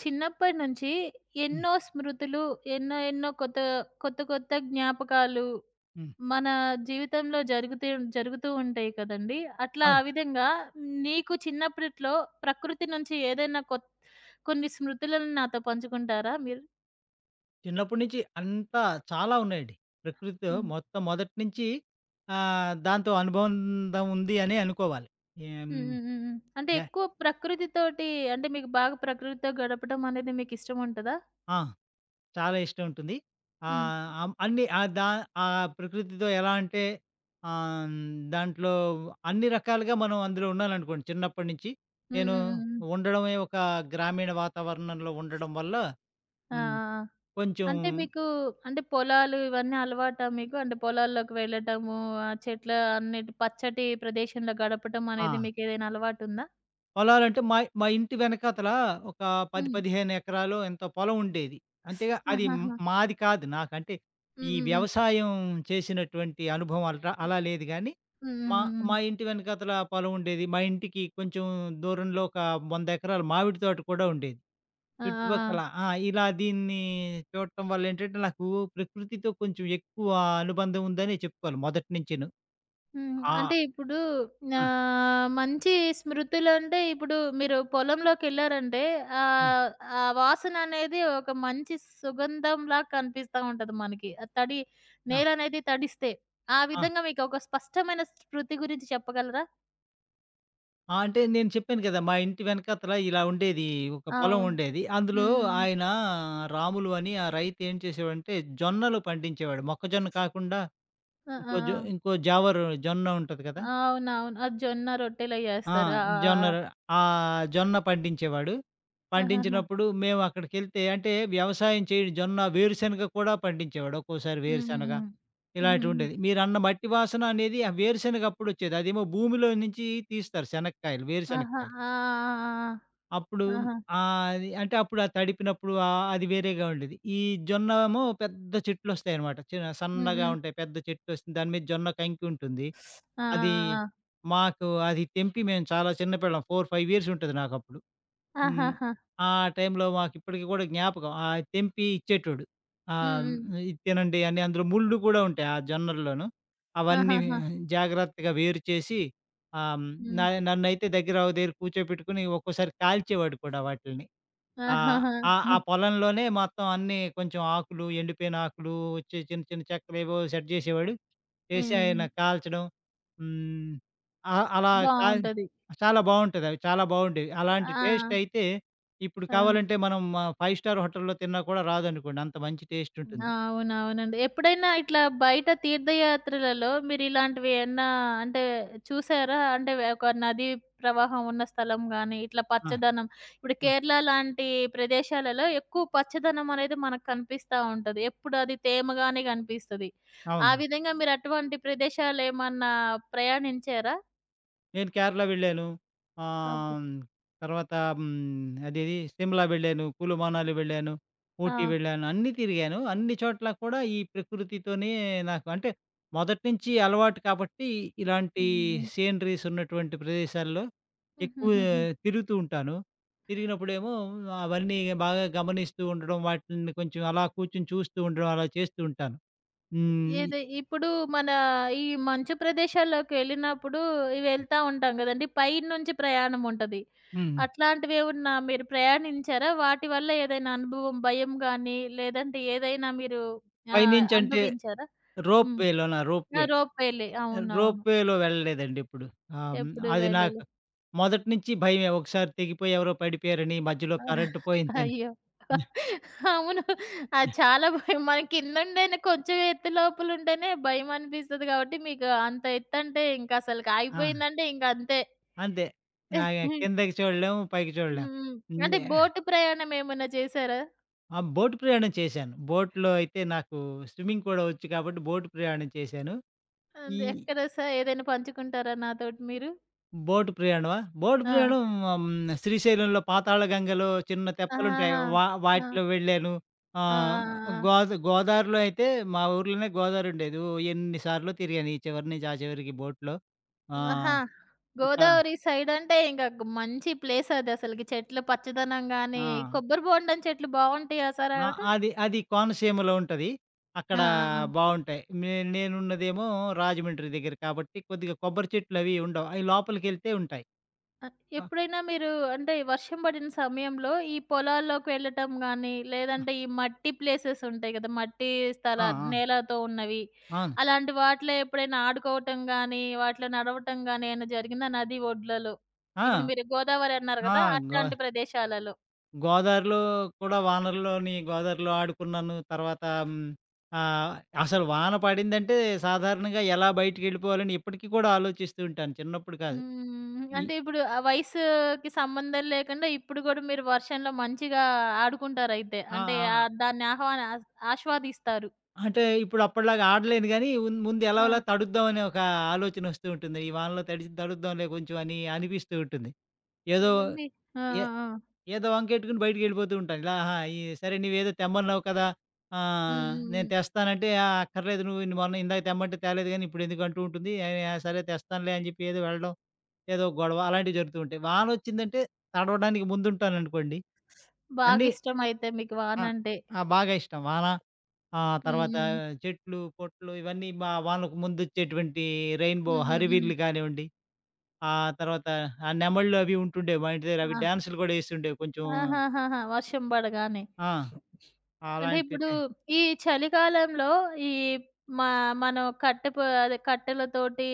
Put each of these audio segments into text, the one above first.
చిన్నప్పటి నుంచి హ్మ్. ఎన్నో స్మృతులు, ఎన్నో ఎన్నో కొత్త, కొత్త కొత్త జ్ఞాపకాలు హ్మ్. మన జీవితంలో జరుగుతూ జరుగుతూ ఉంటాయి కదండీ! అట్లా ఆ అవును. విధంగా నీకు చిన్నప్పట్లో ప్రకృతి నుంచి ఏదైనా కొన్ని స్మృతులను నాతో పంచుకుంటారా మీరు? చిన్నప్పటి నుంచి అంతా చాలా ఉన్నాయండి. ప్రకృతితో హ్మ్. మొత్తం మొదటి నుంచి దాంతో అనుబంధం ఉంది అనే అనుకోవాలి. ఏం హ్మ్. హ్మ్. హ్మ్. హ్మ్. అంటే యాహ్! ఎక్కువ ప్రకృతితోటి. అంటే మీకు బాగా ప్రకృతితో గడపడం అనేది మీకు ఇష్టం ఉంటదా? ఆ! చాలా ఇష్టం ఉంటుంది. హ్మ్. ఆహ్, అం అన్ని ఆహ్, దా ఆ ప్రకృతితో ఎలా అంటే ఆహ్, హ్మ్, దాంట్లో అన్ని రకాలుగా మనం అందులో ఉన్నాననుకోండి చిన్నప్పటి నుంచి. హ్మ్. నేను హ్మ్. హ్మ్. హ్మ్. ఉండడమే ఒక గ్రామీణ వాతావరణంలో ఉండడం వల్ల. ఆ! ఆ! హ్మ్. ఆ! కొంచెం. అంటే మీకు, అంటే పొలాలు ఇవన్నీ అలవాటా మీకు? అంటే పొలాల్లోకి వెళ్ళటము, ఆ చెట్ల అన్నిటి పచ్చటి ప్రదేశంలో గడపటం ఆ! అనేది మీకేదైనా అలవాటుందా? పొలాలంటే మా మా ఇంటి వెనకాతల ఒక 10, హ్మ్. 15 ఎకరాలో ఎంతో పొలం ఉండేది. అంతేగా అది ఆహాహా! మాది కాదు. నాకంటే హ్మ్. ఈ హ్మ్. హ్మ్. వ్యవసాయం చేసినటువంటి అనుభవం అలా లేదు గానీ, హ్మ్. హ్మ్. మా హ్మ్. హ్మ్. మా ఇంటి వెనకాతల పొలం ఉండేది. మా ఇంటికి కొంచెం దూరంలో ఒక 100 ఎకరాల మామిడి తోట కూడా ఉండేది. ఆ! ఆ! ఆ! చుట్టుపక్కల ఆ! ఇలా దీన్ని చూడటం వల్లేంటంటే, నాకు ప్రకృతితో కొంచెం ఎక్కువ అనుబంధం ఉందనే చెప్పుకోవాలి మొదటి నుంచిను. హ్మ్. ఆ! అంటే ఇప్పుడు ఆ! మంచి స్మృతులంటే ఇప్పుడు మీరు పొలంలోకెళ్లారంటే, హ్మ్. ఆహ్, ఆ వాసననేది ఒక మంచి సుగంధంలా కనిపిస్తా ఉంటది మనకి. ఆ తడి ఆ! నేలనేది తడిస్తే, ఆ ఆ! విధంగా మీకొక స్పష్టమైన స్మృతి గురించి చెప్పగలరా? ఆ! అంటే నేను చెప్పాను కదా! మా ఇంటి వెనకాతల ఇలా ఉండేది. ఒక పొలం అవును. ఉండేది. అందులో హ్మ్. ఆయన రాములు అని ఆ రైతు ఏం చేసేవాడంటే జొన్నలు పండించేవాడు. మొక్కజొన్న కాకుండా ఆ! ఆ! ఇంకో జావరు జొన్న ఉంటది కదా! ఆ! అవునవును. అది జొన్న రొట్టెలే ఆ! జేస్తారు. ఆ! ఆ! జొన్న ఆ! ర ఆ జొన్న పండించేవాడు. ఆహాహా! పండించినప్పుడు మేము అక్కడికెళ్తే అంటే వ్యవసాయం చేయడు జొన్న, వేరుశనగ కూడా పండించేవాడు. ఒక్కోసారి హ్మ్. హ్మ్. వేరుశనగ హ్మ్. ఇలాంటివి హుహుహు. ఉండేది. మీరన్న మట్టి వాసన అనేది ఆ వేరుశనగ అప్పుడొచ్చేది. అదేమో భూమిలో నుంచి తీస్తారు శనక్కాయలు, ఆహా! వేరుశనక్కాయలు. ఆ! ఆ! అప్పుడు ఆ! ఆ! ఆహా! అది అంటే అప్పుడు ఆ తడిపినప్పుడు అది వేరేగా ఉండేది. ఈ జొన్న ఏమో పెద్ద చెట్లొస్తాయనమాట. చిన్న హ్మ్. సన్నగా హ్మ్. ఉంటాయి. పెద్ద చెట్టొస్తుంది. దాని మీద జొన్న కంకి ఉంటుంది. ఆ! అది ఆ! ఆ! మాకు అది తెంపి మేము చాలా చిన్న పిల్లం. 4, 5 ఇయర్స్ ఉంటది నాకప్పుడు. హ్మ్. ఆహాహా! ఆ టైంలో మాకిప్పటికి కూడా జ్ఞాపకం. తెంపి ఇచ్చేటోడు. హ్మ్. ఆహ్, హ్మ్. ఇది తినండి అని అందులో ముళ్ళు కూడా ఉంటాయి ఆ జొన్నల్లోను. అవన్నీ ఆహాహా! జాగ్రత్తగా వేరు చేసి ఆహ్, హ్మ్, న హ్మ్. నన్నైతే దగ్గర ఒక దగ్గర కూర్చోపెట్టుకొని ఒక్కోసారి కాల్చేవాడు కూడా వాటిల్ని. ఆ! ఆహాహా! ఆ! ఆ పొలంలోనే మొత్తం అన్నీ కొంచెం ఆకులు, ఎండిపోయిన ఆకులు, వచ్చి చిన్న చిన్న చెక్కలేవో సెట్ జేసేవాడు. చేసి ఆయన హ్మ్. కాల్చడం. హ్మ్. అలా కాల్ బావుంటది. చాలా బావుంటదవి. చాలా బావుండేవి. అలాంటి ఆ! టేస్టయితే ఇప్పుడు ఆ! కావాలంటే మనం 5 స్టార్ హోటల్‌లో తిన్నా కూడా రాదనుకోండి. అంత మంచి ఆ! టేస్టుంటుంది. అవునవునండి. ఎప్పుడైనా ఇట్లా బయట తీర్థయాత్రలలో మీరిలాంటివి ఏమన్నా, అంటే చూసారా? అంటే ఒక నది ప్రవాహం ఉన్న స్థలం గాని, ఇట్లా ఆ! పచ్చదనం, ఇప్పుడు ఆ! కేరళ లాంటి ప్రదేశాలలో ఎక్కువ పచ్చదనం అనేది మనకు కనిపిస్తా ఉంటది. ఎప్పుడు అది తేమగానే కనిపిస్తది. ఆ అవును. విధంగా మీరు అటువంటి ప్రదేశాలేమన్నా ప్రయాణించారా? నేను కేరళ వెళ్ళాను. అబ్ ఆహ్, తర్వాత అదేది సిమ్లా వెళ్ళాను, కులు, మనాలి వెళ్ళాను, ఆ! ఊటీ వెళ్ళాను. అన్నీ తిరిగాను. అన్ని చోట్ల కూడా ఈ ప్రకృతితోనే నాకు అంటే మొదటి నుంచి అలవాటు కాబట్టి ఇలాంటి హుహు. సీనరీస్ ఉన్నటువంటి ప్రదేశాల్లో ఎక్కువ హుహుహుహు. తిరుగుతూ ఉంటాను. తిరిగినప్పుడేమో అవన్నీ బాగా గమనిస్తూ ఉండడం, వాటిని కొంచెం అలా కూర్చొని చూస్తూ ఉండడం అలా చేస్తూ ఉంటాను. హ్మ్. ఏది ఇప్పుడు మన ఈ మంచు ప్రదేశాల్లోకెళ్ళినప్పుడు వెళ్తా ఉంటాం గదండీ! పైనుంచి ప్రయాణం ఉంటది. హ్మ్. అట్లాంటివేమన్నా మీరు ప్రయాణించారా? వాటి వల్ల ఏదైనా అనుభవం భయం గాని, లేదంటే ఏదైనా మీరు పైనుంచంటే అనుభవించారా? హ్మ్. రోప్ ఆ! వే. రోప్ వేలే. రోప్ అవునవును. వేలో వెళ్ళలేదండి ఇప్పుడు. ఆహ్, హ్మ్. ఎప్పుడు అది నాకు వెళ్ళలే. మొదటి నుంచి భయమే. ఒకసారి తెగిపోయి ఎవరో పడిపోయారని, మధ్యలో కరెంట్ పోయిందని. అయ్యో! అవును. అది చాలా భయం. మన కిందుండేనే కొంచెం ఎత్తు లోపలుంటేనే భయమనిపిస్తది కాబట్టి మీకు అంత ఎత్తంటే ఇంకసలకి ఆ! ఆగిపోయిందంటే ఇంకంతే. అంతే. ఆహ్, కిందకి చూడలేం, పైకి చూడలేం. హ్మ్. హ్మ్. అంటే బోటు ప్రయాణం ఏమన్నా చేశారా? ఆ! బోట్ ప్రయాణం చేశాను. బోట్‌లో అయితే నాకు స్విమ్మింగ్ కూడా వచ్చు కాబట్టి బోట్ ప్రయాణం చేశాను. ఈ అంటే ఎక్కడ ఏదైనా పంచుకుంటారా నాతోటి మీరు? బోటు ప్రయాణమా? బోటు ఆ! ప్రయాణం హ్మ్. శ్రీశైలంలో పాతాళ గంగలో చిన్న తెప్పలుంటాయి. ఆహాహా! ఆ! వాటిలో వెళ్ళాను. ఆ! ఆ! ఆహ్, ఆ! గోదా గోదారిలో అయితే మా ఊర్లోనే గోదారుండేది. ఓ ఎన్ని సార్లో తిరిగాను. ఈ చివరి నుంచి ఆ చివరికి బోట్‌లో. ఆ! ఆహా! ఇంకా గోదావరి సైడంటే ఇంక మంచి ప్లేసదసలకి. చెట్లు పచ్చదనం గాని, ఆ! కొబ్బరి బోండం చెట్లు బావుంటాయా సార్ ఆ! అక్కడ? అది అది కోనసీమలో ఉంటది. ఆ! అక్కడ ఆ! ఆ! బావుంటాయి. నేనున్నదేమో రాజమండ్రి దగ్గర కాబట్టి కొద్దిగా కొబ్బరి చెట్లవి ఉండవు. అయి లోపలికెళ్తే ఉంటాయి. ఆహ్, ఆ! ఎప్పుడైనా మీరు, అంటే వర్షం పడిన సమయంలో ఈ పొలాల్లోకి వెళ్ళటం గానీ, లేదంటే ఈ మట్టి ప్లేసెస్ ఉంటాయి గదా! మట్టి స్థల ఆ! ఆ! నేలతో ఉన్నవి. అవును. అలాంటి వాటిలో ఎప్పుడైనా ఆడుకోవటం గానీ, వాటిలో నడవటం గానీ ఏమైనా జరిగిందా నది ఒడ్లలో? ఇప్పుడు ఆ! మీరు గోదావరి అన్నారు ఆ! గదా! గో అట్లాంటి ప్రదేశాలలో. గోదావరిలో కూడా వానల్లోని గోదావరిలో ఆడుకున్నాను. తర్వాత హ్మ్, ఆహ్, అసలు వాన పడిందంటే సాధారణంగా ఎలా బయటికెళ్ళిపోవాలని ఇప్పటికి కూడా ఆలోచిస్తూ ఉంటాను. చిన్నప్పుడు కాదు. హ్మ్. ఈ అంటే ఇప్పుడు ఆ వయసుకి సంబంధం లేకుండా ఇప్పుడు గూడా మీరు వర్షంలో మంచిగా ఆడుకుంటారయితే. ఆ! అంటే ఆ! దాన్ని ఆహ్వాన ఆస్ ఆస్వాదిస్తారు. అంటే ఇప్పుడు అప్పటిలాగా ఆడలేను గానీ ముందు ఎలాగోలా ఆ! తడుద్దాం అనే ఒక ఆలోచనొస్తూ ఉంటుంది. ఈ వానలో తడిసి తడుద్దాంలే కొంచెం అని అనిపిస్తూ ఉంటుంది. ఏదో ఎల్లుండి. ఆ! ఏ ఆ! ఆ! ఏదో వంకెట్టుకుని బయటికెళ్ళిపోతూ ఉంటాను. ఇలా ఆహా! ఈ సరే నువ్వేదో తెమ్మన్నావు కదా! హ్మ్. హ్మ్. నేను హ్మ్. తెస్తానంటే, అక్కర్లేదు నువ్వు ఇన్ని మొన్న ఇందాక తెమ్మంటే తేలేదు గానీ ఇప్పుడెందుకు" అంటూ ఉంటుంది. ఆ! సరే తెస్తానులే అని చెప్పి ఏదో వెళ్ళడం, ఏదో ఒక గొడవ అలాంటివి జరుగుతూ ఉంటాయి. వానొచ్చిందంటే తడవడానికి ముందుంటాననుకోండి. అన్నీ బాగిష్టమైతే మీకు ఆ! వానంటే. ఆ! బాగా ఇష్టం. వాన హ్మ్. తర్వాత హ్మ్. చెట్లు, పుట్టలు ఇవన్నీ మా వానకు ముందొచ్చేటువంటి రెయిన్‌బో హ్మ్. హ్మ్. హ్మ్. హరివిల్లు కానివ్వండి, ఆ తర్వాత ఆ నెమళ్ళు అవి ఉంటుండేవి మా ఇంటి దగ్గర. అవి ఆ! డాన్సులు గూడా ఏస్తుండేవి కొంచెం. ఆహాహాహా! వర్షం పడగానే. ఆ! అంటే అలాంటి ఇప్పుడు టై ఈ చలికాలంలో ఈ మా మనం కట్టె పొ అదే కట్టెలతోటి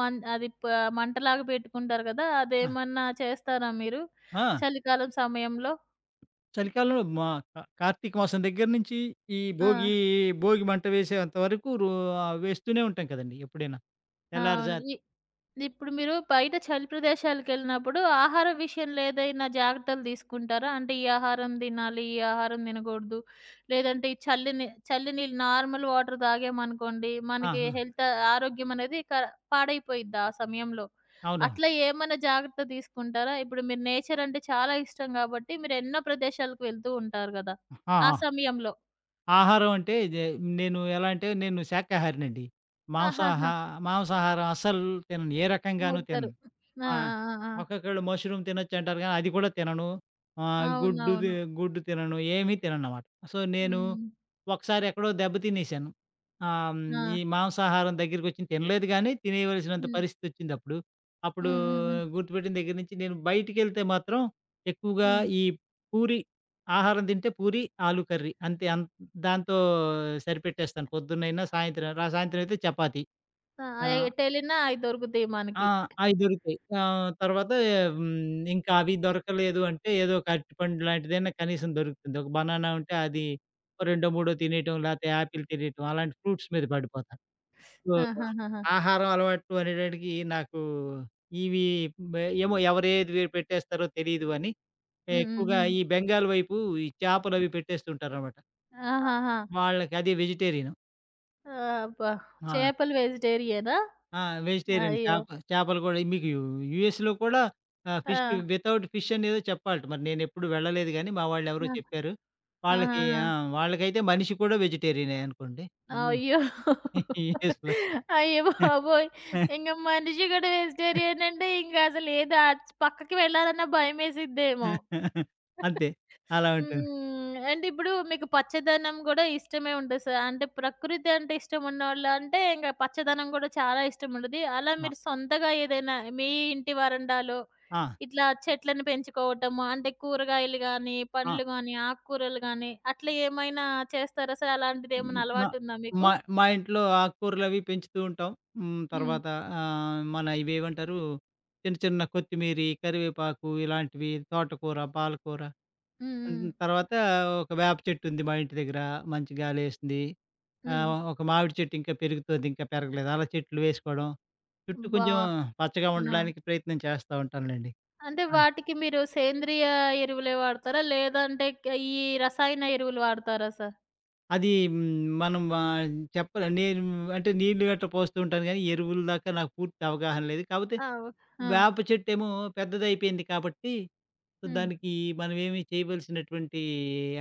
మన్ అది ప మంటలాగా పెట్టుకుంటారు కదా! ఆ! అదేమన్నా చేస్తారా మీరు? ఆ! చలికాలం సమయంలో? చలికాలంలో మా కార్తీక మాసం దగ్గర నుంచి ఈ ఆ! భోగి, భోగి మంట వేసేంత వరకు ఆ, వేస్తూనే ఉంటాం కదండీ! ఎప్పుడైనా. అవును. తెల్లారుజా ఈ ఇప్పుడు మీరు బయట చలి ప్రదేశాలకెళ్ళినప్పుడు ఆహారం విషయంలో ఏదైనా జాగ్రత్తలు తీసుకుంటారా? అంటే ఈ ఆహారం తినాలి, ఈ ఆహారం తినకూడదు. లేదంటే ఈ చల్లి నీళ్ళు నార్మల్ వాటర్ తాగామనుకోండి, ఆ! మనకి ఆ! హెల్త్ ఆరోగ్యం అనేది పాడైపోయిద్ది ఆ సమయంలో. అవునవును. అట్లా ఏమన్నా జాగ్రత్త తీసుకుంటారా? ఇప్పుడు మీరు నేచర్ అంటే చాలా ఇష్టం కాబట్టి మీరు ఎన్నో ప్రదేశాలకు వెళ్తూ ఉంటారు గదా! ఆ! ఆ ఆ! సమయంలో. ఆహారం అంటే ఇదే నేను ఎలా అంటే నేను శాకాహారినండి. ఆహాహా! మాంసాహా మాంసాహారం అస్సలు తినను. ఏ రకంగాను ముట్టరు. తినను. ఆ! ఆ! ఆ! ఆ! ఒక్కొక్కళ్ళు మష్రూమ్ తినొచ్చంటారు గానీ, అది కూడా తినను. ఆ! ఆహ్, గుడ్డుది అవునవును. గుడ్డు తినను. ఏమీ తినననమాట. సో, నేను హ్మ్. ఒకసారి ఎక్కడో దెబ్బ తినేసాను. ఆహ్, హ్మ్, ఆ! ఈ మాంసాహారం దగ్గరికొచ్చింది. తినలేదు గానీ, తినేయవలసినంత హ్మ్. పరిస్థితొచ్చిందప్పుడు. అప్పుడు అప్పుడు హ్మ్. హ్మ్. హ్మ్. గుర్తుపెట్టిన దగ్గర నుంచి నేను బయటికెళ్తే మాత్రం ఎక్కువగా హ్మ్. ఈ పూరి ఆహారం తింటే పూరి, ఆలు కర్రీ అంతే. దాంతో సరిపెట్టేస్తాను. పొద్దున్నైనా, సాయంత్రం అయితే చపాతీ. ఆ! ఆహ్, ఎటెళ్ళినా అయి దొరుకుతాయి ఆ! మనకి. అయి దొరుకుతాయి. ఆహ్, తర్వాత హ్మ్, ఇంకా అవి దొరకలేదు అంటే ఏదో ఒక అరటిపండు లాంటిదైనా కనీసం దొరుకుతుంది. ఒక బనానా ఉంటే అది ఓ రెండో, మూడో తినేయటం, లేతే యాపిల్ తినేయటం అలాంటి ఫ్రూట్స్ మీద పడిపోతాను. సో, ఆహాహాహా! ఆహారం అలవాట్లు అనేటటికి నాకు ఇవి ఏమో ఎవరేది పెట్టేస్తారో తెలీదు అని హ్మ్. హ్మ్. ఎక్కువగా హ్మ్. ఈ బెంగాల్ వైపు ఈ చేపలవి పెట్టేస్తుంటారనమాట. ఆ! ఆహాహా! వాళ్ళకి అది వెజిటేరియన్. అబ్బా! ఆ! చేపలు వెజిటేరియనా? ఆ! వెజిటేరియన్ అయ్యో! చేపలు కూడా మీకు యూఎస్‌లో కూడా ఫిష్ ఆ! వితౌట్ ఫిష్ అనేదో చెప్పాలట. మరి నేనెప్పుడు వెళ్ళలేదు గానీ, మా వాళ్ళు ఎవరో ఆ! చెప్పారు. వాళ్ళకి ఆహాహా! ఆ! వాళ్ళకైతే మనిషి కూడా వెజిటేరియనే అనుకోండి. అన్ని అయ్యో! యూఎస్‌లో. అయ్య బాబోయ్! ఇంక మనిషి కూడా వెజిటేరియన్ అంటే ఇంక అసలు ఏది అట్ పక్కకి వెళ్ళాలన్నా భయమేసిద్దేమో! అంతే. అలా ఉంటుంది. హ్మ్. అంటే ఇప్పుడు మీకు పచ్చదనం గూడా ఇష్టమే ఉంటది సార్. అంటే ప్రకృతి అంటే ఇష్టం ఉన్నోళ్ళు అంటే ఇంక పచ్చదనం గూడా చాలా ఇష్టం ఉంటది. అలా ఆ! మీరు సొంతగా ఏదైనా మీ ఇంటి వరండాలో ఆ! ఇట్లా చెట్లను పెంచుకోవటము అంటే కూరగాయలు గానీ, ఆ! పండ్లు గానీ, ఆకుకూరలు గానీ అట్లా ఏమైనా చేస్తారా సార్? హ్మ్. అలాంటిదేమన్నా నా అలవాటుందా మీకు? మా మా ఇంట్లో ఆకుకూరలవి పెంచుతూ ఉంటాం. హ్మ్. హ్మ్. తర్వాత మన ఇవేవంటారు చిన్న చిన్న కొత్తిమీరి, కరివేపాకు ఇలాంటివి తోటకూర, పాలకూర. హ్మ్. హ్మ్. తర్వాత ఒక వేప చెట్టుంది మా ఇంటి దగ్గర. మంచి గాలేస్తుంది. హ్మ్. ఒక మామిడి చెట్టు ఇంకా పెరుగుతోంది. ఇంకా పెరగలేదు. అలా చెట్లు వేసుకోవడం. చుట్టూ హ్మ్. బా కొంచెం పచ్చగా ఆ! ఉండడానికి ప్రయత్నం చేస్తా ఉంటానులెండి. అంటే ఆ! వాటికి మీరు సేంద్రియ ఎరువులే వాడతారా? లేదంటే ఈ రసాయన ఎరువులు వాడతారా సార్? అది హ్మ్. మనం ఆహ్, చెప్పలే నేను అంటే నీళ్ళు గట్రా పోస్తూ ఉంటాను గానీ, ఎరువుల దాకా నాకు పూర్తి అవగాహన లేదు. కాపోతే ఆ! ఓ ఆ! హ్మ్. వేప చెట్టేమో పెద్దదయిపోయింది కాబట్టి, సో, హ్మ్. దానికి మనమేమి చేయవలసినటువంటి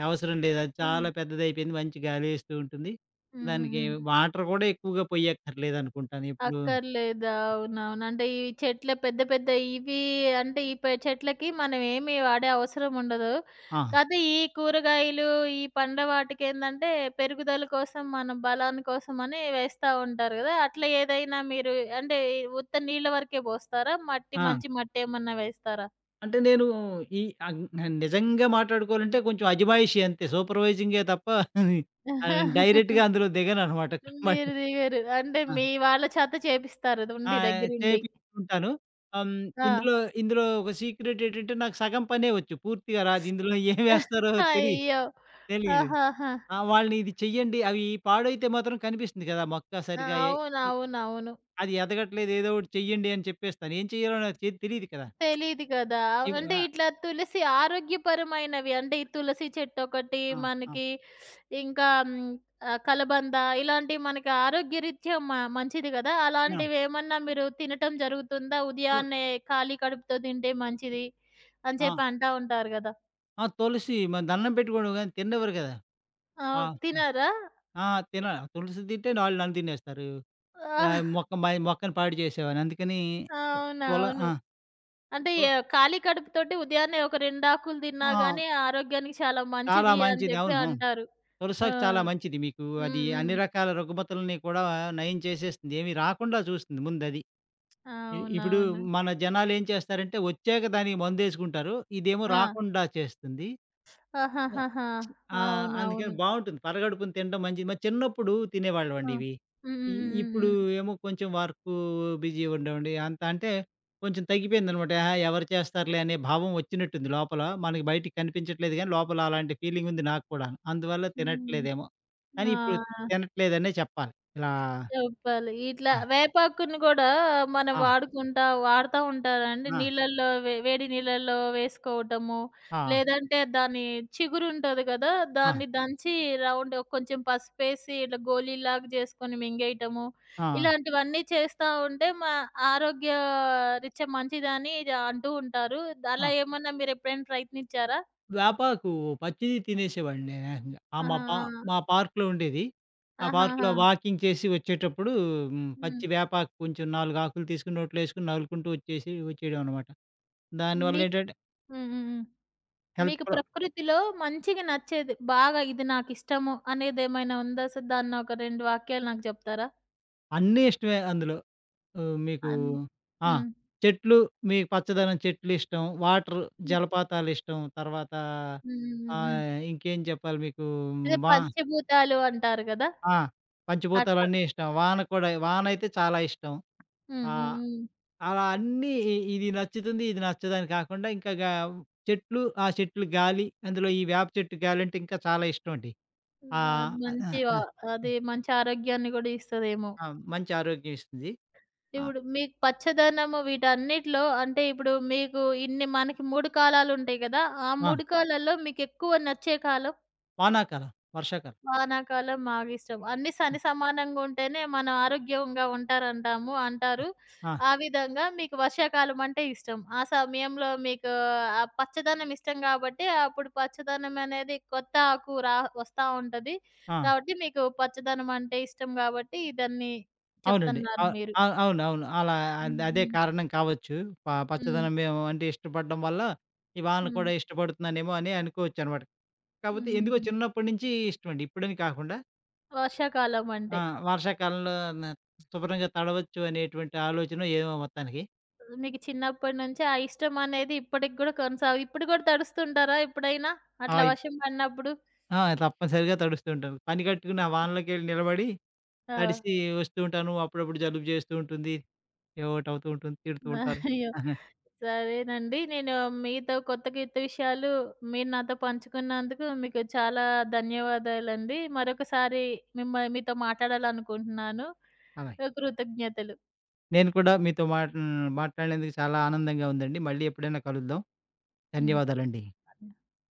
అవసరం లేదు. అది హ్మ్. చాలా పెద్దదయిపోయింది. మంచి గాలేస్తూ ఉంటుంది. హ్మ్. దానికి హ్మ్. వాటర్ కూడా ఎక్కువగా పొయ్యక్కర్లేదనుకుంటాను ఎప్పుడు. అక్కర్లేదా? అవునవును. అంటే ఈ చెట్ల పెద్ద పెద్ద ఇవి, అంటే ఈ చెట్లకి మనం ఏమి వాడే అవసరం ఉండదు. ఆ! కాతే ఈ కూరగాయలు, ఈ పండ్ల వాటికేందంటే పెరుగుదల కోసం మనం బలాని కోసమని వేస్తా ఉంటారు గదా! అట్లా ఏదైనా మీరు, అంటే ఉత్త నీళ్ళ వరకే పోస్తారా? మట్టి ఆ! మంచి మట్టేమన్నా వేస్తారా? అంటే నేను ఈ అగ్ నిజంగా మాట్లాడుకోవాలంటే కొంచెం అజమాయిషీ అంతే. సూపర్‌వైజింగే తప్ప డైరెక్ట్‌గా అందులో దిగననమాట. మీరు దిగరు. అంటే ఆ! మీ వాళ్ళ చేత చేపిస్తారు ఆ! ఉండి దగ్గరుండి. చేపిస్తుంటాను. హ్మ్. ఆ! ఇందులో, ఇందులో ఒక సీక్రెట్ ఏంటంటే నాకు సగం పనే వచ్చు. పూర్తిగా రాదు. ఇందులో ఏమేస్తారో అయ్యో! తెలీదు. ఆహాహా! ఆ! వాళ్ళని ఇది చెయ్యండి అవి పాడైతే మాత్రం కనిపిస్తుంది కదా! మొక్క ఆ! సరిగ్గా ఎ ఇ అవునవునవును. అది ఎదగట్లేదు ఏదో ఒకటి చెయ్యండి అని చెప్పేస్తాను. ఏం చెయ్యాలో నాకు తెలీదు కదా! తెలీదు కదా! అంటే ఆ! ఇట్లా తులసి ఆరోగ్యపరమైనవి అంటే ఈ తులసి చెట్టొకటి ఆ! ఆ! మనకి ఇంకా హ్మ్, కలబంద ఇలాంటివి మనకి ఆరోగ్యరీత్యా మంచిది కదా! ఆ! అలాంటివేమన్నా మీరు తినటం జరుగుతుందా? తుల్ ఉదయాన్నే ఖాళీ కడుపుతో తింటే మంచిది అని ఆ! చెప్పి అంటా ఉంటారు గదా! ఆ! తులసి మన దండం పెట్టుకోవడం గాని తిననివ్వరు కదా! ఆ! అవును. తినరా? ఆ! తిన తులసి తింటే ఆళ్ళు నన్ను తినేస్తారు. ఆ! మొక్క మొక్కని పాడు చేసావని అందుకని తుల అవునవును. ఆ! అంటే తు ఖాళీ కడుపుతోటి ఉదయాన్నే ఒక 2 ఆకులు తిన్నా ఆ! గాని ఆరోగ్యానికి చాలా చాలా మంచిది అని మంచిది. చెప్పి అవును. అంటారు. ఆ! తులసాకు చాలా మంచిది మీకు. అది హ్మ్. హ్మ్. అన్ని రకాల రుగ్మతలని కూడా నయం చేసేస్తుంది. ఏమి రాకుండా చూస్తుంది ముందది. ఇప్పుడు అవునవును. మన జనాలేం చేస్తారంటే వచ్చాక దానికి మందేసుకుంటారు. ఇదేమో ఆ! రాకుండా చేస్తుంది. ఆ! ఆహాహాహా! ఆ! అందుకని అవునవును. బావుంటుంది. పరగడుపున తినడం మంచిది. మరి చిన్నప్పుడు తినేవాళ్ళమండి ఆ! హ్మ్. ఇవి. హ్మ్. ఇ హ్మ్. ఇప్పుడు హ్మ్. ఏమో కొంచెం బిజీ ఉండేవండి. అంత అంటే కొంచెం తగ్గిపోయిందనమాట. ఆహా! ఎవరు చేస్తారులే అనే భావం వచ్చినట్టుంది లోపల. మనకి బయటికి కనిపించట్లేదు గానీ, లోపల అలాంటి ఫీలింగ్ ఉంది నాకు కూడాను. అందువల్ల హ్మ్. తినట్లేదేమో. హ్మ్. కానీ ఇప్పుడు ఆ! తినట్లేదనే చెప్పాలి. ఇలా చెప్పాలి. ఇట్లా ఆ! వేపాకుని గూడా మనం ఆ! వాడతా ఉంటారండి. ఆ! నీళ్ళల్లో వేడి నీళ్ళల్లో వేసుకోవటము, ఆ! లేదంటే దాని చిగురుంటది గదా! దాన్ని దంచి రౌండ్ కొంచెం పసుపేసి ఇట్లా గోలీలాగా జేసుకొని మింగేయటము, ఆ! ఇలాంటివన్నీ చేస్తా ఉంటే ఆరోగ్య రీత్యా మంచిదని అంటూ ఉంటారు. అలా ఆ! ఏమన్నా మీరెప్పుడైనా ప్రయత్నించారా? వేపాకు పచ్చిది తినేసేవాడిని నేనేకంగా. ఆ! ఆహా! మా పార్క్‌లో ఉండేది. ఆ పార్క్‌లో ఆహాహా! వాకింగ్ చేసి వచ్చేటప్పుడు హ్మ్. పచ్చి వేపాకు కొంచెం 4 ఆకులు తీసుకొని నోట్లో ఏసుకొని నములుకుంటూ వచ్చేసి వచ్చేయడం అనమాట. దానివల్ల మీ ఏంటంటే హ్మ్. హ్మ్. హ్మ్. హెల్త్ మీకు ప్రా ప్రకృతిలో మంచిగా నచ్చేది, బాగా ఇది నాకిష్టము అనేదేమైనా ఉందా? సో, దాన్ని ఒక 2 వాక్యాలు నాకు చెప్తారా? అన్నీ ఇష్టమే అందులో. ఆహ్, మీకు అన్ ఆ! హ్మ్. చెట్లు మీకు పచ్చదనం చెట్లు ఇష్టం, వాటర్ హ్మ్. జలపాతాలు ఇష్టం. తర్వాత హ్మ్. హ్మ్. హ్మ్. ఇంకేం చెప్పాలి మీకు అదే వా పంచభూతాలు అంటారు గదా! ఆ! అట్లా. పంచభూతాలన్నీ ఇష్టం. వాన కూడా వాన అయితే చాలా ఇష్టం. హ్మ్. ఆ! హ్మ్. హ్మ్. అలా అన్నీ ఇది నచ్చుతుంది, ఇది నచ్చదని కాకుండా ఇంకా గా చెట్లు, ఆ చెట్లు గాలి, అందులో ఈ వేప చెట్టు గాలంటే ఇంకా చాలా ఇష్టమండి. హ్మ్. ఆహ్, ఆహ్, అది మంచి ఆరోగ్యాన్ని గూడా ఇస్తదేమో! ఆ! మంచి ఆరోగ్యం ఇస్తుంది. ఆ! ఇప్పుడు మీకు పచ్చదనము వీటన్నిటిలో అంటే ఇప్పుడు మీకు ఇన్ని మనకి 3 కాలాలుంటాయి గదా! ఆ ఆ! 3 కాలాల్లో మీకెక్కువ నచ్చే కాలం? వానాకాలం, వర్షాకాలం. వానాకాలం మాగిష్టం. అన్ని సమానంగా ఉంటేనే మనం ఆరోగ్యంగా ఉంటారంటాము ఆ! అంటారు. ఆ! ఆ విధంగా మీకు వర్షాకాలం అంటే ఇష్టం. ఆ సమయంలో మీకు ఆ పచ్చదనం ఇష్టం గాబట్టి, అప్పుడు పచ్చదనం అనేది కొత్త ఆకు రా వస్తా ఉంటది. ఆ! కాబట్టి మీకు పచ్చదనం అంటే ఇష్టం గాబట్టి, ఇదన్నీ అవునండి. చెప్తన్నారు అవ్ మీరు. అవ్ అవును. అవును. అలా హ్మ్. అదే హ్మ్. కారణం కావచ్చు. హ్మ్. పచ్చదనం మేము అంటే ఇష్టపడడం వల్ల, ఈ వాన హ్మ్. కూడా ఇష్టపడుతున్నానేమో అని అనుకోవచ్చనమాట. కాకపోతే ఎందుకో హుహుహు. చిన్నప్పటి నుంచి ఇష్టమండి. ఇప్పుడని కాకుండా వర్షాకాలం ఆ! అంటే. వర్షాకాలంలో న శుభ్రంగా తడవచ్చు అనేటువంటి ఆలోచనో ఏమో మొత్తానికి. మీకు చిన్నప్పటి నుంచి ఆ ఇష్టం అనేది ఇప్పటికి గూడా కొనసాగు ఇప్పుడు గూడా తడుస్తుంటారా ఎప్పుడైనా? అట్లా ఆహ్, ఇప్ వర్షం పడినప్పుడు? ఆ! తప్పనిసరిగా తడుస్తూ ఉంటాను. పని కట్టుకుని ఆ వానలోకెళ్ళి నిలబడి ఆ! తడిసి వస్తూ ఉంటాను. అప్పుడప్పుడు జలుబు చేస్తూ ఉంటుంది. ఏవో ఒకటి అవుతూ ఉంటుంది. తిడుతూ ఉంటారు. అయ్యో! సరేనండి. నేను మీతో కొత్త, కొత్త విషయాలు మీరు నాతో పంచుకున్నందుకు మీకు చాలా ధన్యవాదాలండి. మరొకసారి మీతో మాట్లాడాలనుకుంటున్నాను. అలా. కృతజ్ఞతలు. నేను కూడా మీతో మాట్లాడినందుకు చాలా ఆనందంగా ఉందండి. మళ్ళీ ఎప్పుడైనా కలుద్దాం. హ్మ్. ధన్యవాదాలండి.